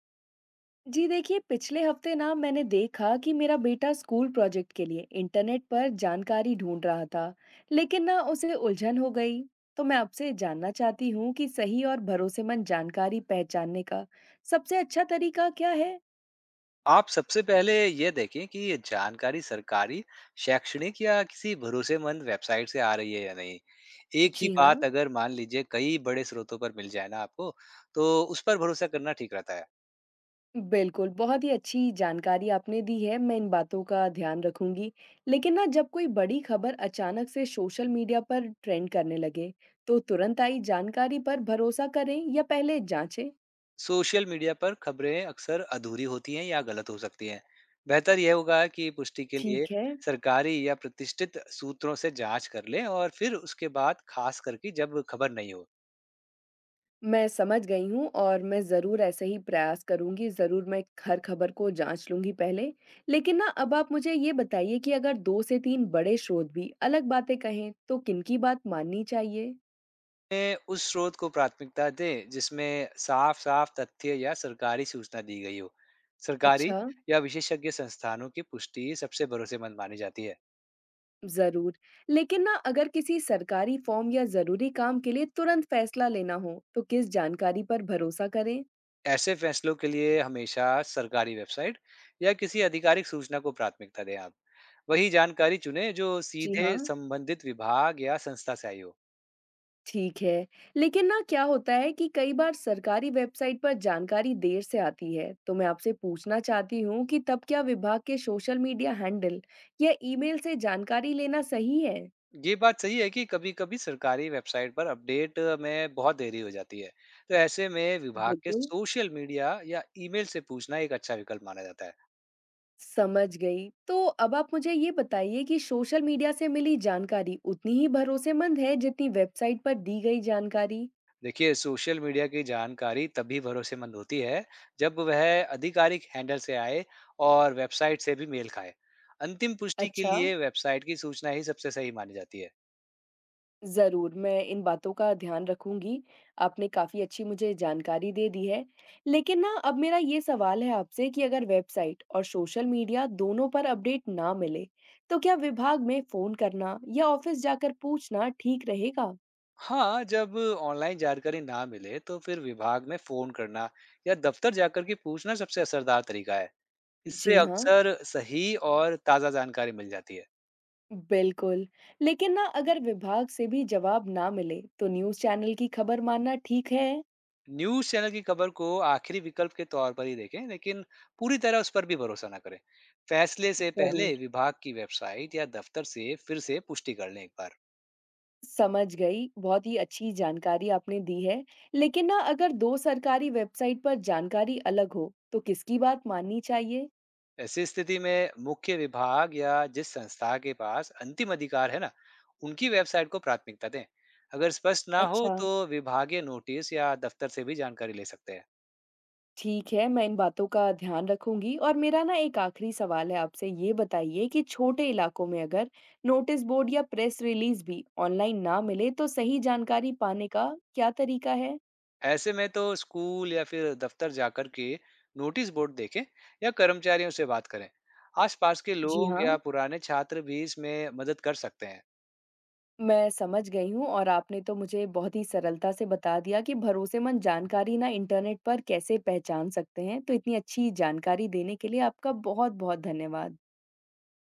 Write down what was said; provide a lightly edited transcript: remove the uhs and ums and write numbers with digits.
जी देखिए, पिछले हफ्ते ना मैंने देखा कि मेरा बेटा स्कूल प्रोजेक्ट के लिए इंटरनेट पर जानकारी ढूंढ रहा था, लेकिन ना उसे उलझन हो गई। तो मैं आपसे जानना चाहती हूँ कि सही और भरोसेमंद जानकारी पहचानने का सबसे अच्छा तरीका क्या है। आप सबसे पहले ये देखें कि ये जानकारी सरकारी, शैक्षणिक या किसी भरोसेमंद वेबसाइट से आ रही है या नहीं। एक ही जी बात हाँ। अगर मान लीजिए कई बड़े स्रोतों पर मिल जाए ना आपको, तो उस पर भरोसा करना ठीक रहता है। बिल्कुल, बहुत ही अच्छी जानकारी आपने दी है, मैं इन बातों का ध्यान रखूंगी। लेकिन ना जब कोई बड़ी खबर अचानक से सोशल मीडिया पर ट्रेंड करने लगे, तो तुरंत आई जानकारी पर भरोसा करें या पहले जांचें। सोशल मीडिया पर खबरें अक्सर अधूरी होती हैं या गलत हो सकती हैं। बेहतर यह होगा कि पुष्टि के लिए ठीक है। सरकारी या प्रतिष्ठित सूत्रों से जांच कर लें, और फिर उसके बाद खास करके जब खबर नहीं हो, मैं समझ गई हूँ और मैं ज़रूर ऐसे ही प्रयास करूँगी, ज़रूर मैं हर खबर को जाँच लूँगी पहले। लेकिन ना अब आप मुझे ये बताइए कि अगर 2 से 3 बड़े स्रोत भी अलग बातें कहें, तो किनकी बात माननी चाहिए? में उस स्रोत को प्राथमिकता दें जिसमें साफ-साफ तथ्य या सरकारी सूचना दी गई हो। सरकारी अच्छा। या विशेषज्ञ संस्थानों की पुष्टि सबसे भरोसेमंद मानी जाती है। ज़रूर। लेकिन ना अगर किसी सरकारी फ़ॉर्म या ज़रूरी काम के लिए तुरंत फैसला लेना हो, तो किस जानकारी पर भरोसा करें? ऐसे फैसलों के लिए हमेशा सरकारी वेबसाइट या किसी आधिकारिक सूचना को प्राथमिकता दें आप। वही जानकारी चुनें जो जी सीधे हाँ। संबंधित विभाग या संस्था से आई हो। ठीक है। लेकिन ना क्या होता है कि कई बार सरकारी वेबसाइट पर जानकारी देर से आती है, तो मैं आपसे पूछना चाहती हूँ कि तब क्या विभाग के सोशल मीडिया हैंडल या ईमेल से जानकारी लेना सही है? ये बात सही है कि कभी-कभी सरकारी वेबसाइट पर अपडेट में बहुत देरी हो जाती है। तो ऐसे में विभाग के बिल्कुल। सोशल मीडिया या ईमेल से पूछना एक अच्छा विकल्प माना जाता है। समझ गई। तो अब आप मुझे ये बताइए कि सोशल मीडिया से मिली जानकारी उतनी ही भरोसेमंद है जितनी वेबसाइट पर दी गई जानकारी? देखिए, सोशल मीडिया की जानकारी तभी भरोसेमंद होती है, जब वह आधिकारिक हैंडल से आए और वेबसाइट से भी मेल खाए। अंतिम पुष्टि के अच्छा। लिए वेबसाइट की सूचना ही सबसे सही मानी जाती है। ज़रूर, मैं इन बातों का ध्यान रखूँगी। आपने काफ़ी अच्छी मुझे जानकारी दे दी है। लेकिन ना अब मेरा ये सवाल है आपसे कि अगर वेबसाइट और सोशल मीडिया दोनों पर अपडेट ना मिले, तो क्या विभाग में फ़ोन करना या ऑफ़िस जाकर पूछना ठीक रहेगा? हाँ, जब ऑनलाइन जानकारी ना मिले, तो फिर विभाग में फ़ोन करना या दफ्तर जाकर के पूछना सबसे असरदार तरीका है। इससे जी हाँ, अक्सर सही और ताज़ा जानकारी मिल जाती है। बिल्कुल। लेकिन ना अगर विभाग से भी जवाब ना मिले, तो न्यूज़ चैनल की खबर मानना ठीक है? न्यूज़ चैनल की खबर को आखिरी विकल्प के तौर पर ही देखें, लेकिन पूरी तरह उस पर भी भरोसा ना करें। फैसले से ज़रूर। पहले विभाग की वेबसाइट या दफ्तर से फिर से पुष्टि कर लें एक बार। समझ गई, बहुत ही अच्छी जानकारी आपने दी है। लेकिन ना अगर 2 सरकारी वेबसाइट पर जानकारी अलग हो, तो किसकी बात माननी चाहिए? ऐसी स्थिति में मुख्य विभाग या जिस संस्था के पास अंतिम अधिकार है ना, उनकी वेबसाइट को प्राथमिकता दें। अगर स्पष्ट ना हो, अच्छा, तो विभागीय नोटिस या दफ्तर से भी जानकारी ले सकते हैं। ठीक है, मैं इन बातों का ध्यान रखूँगी। और मेरा ना एक आखिरी सवाल है आपसे, ये बताइए कि छोटे इलाकों में अगर नोटिस बोर्ड या प्रेस रिलीज़ भी ऑनलाइन ना मिले, तो सही जानकारी पाने का क्या तरीका है? ऐसे में तो स्कूल या फिर दफ्तर जाकर के नोटिस बोर्ड देखें या कर्मचारियों से बात करें। आसपास के जी लोग हाँ। या पुराने छात्र भी इसमें मदद कर सकते हैं। मैं समझ गई हूँ और आपने तो मुझे बहुत ही सरलता से बता दिया कि भरोसेमंद जानकारी ना इंटरनेट पर कैसे पहचान सकते हैं। तो इतनी अच्छी जानकारी देने के लिए आपका बहुत-बहुत धन्यवाद।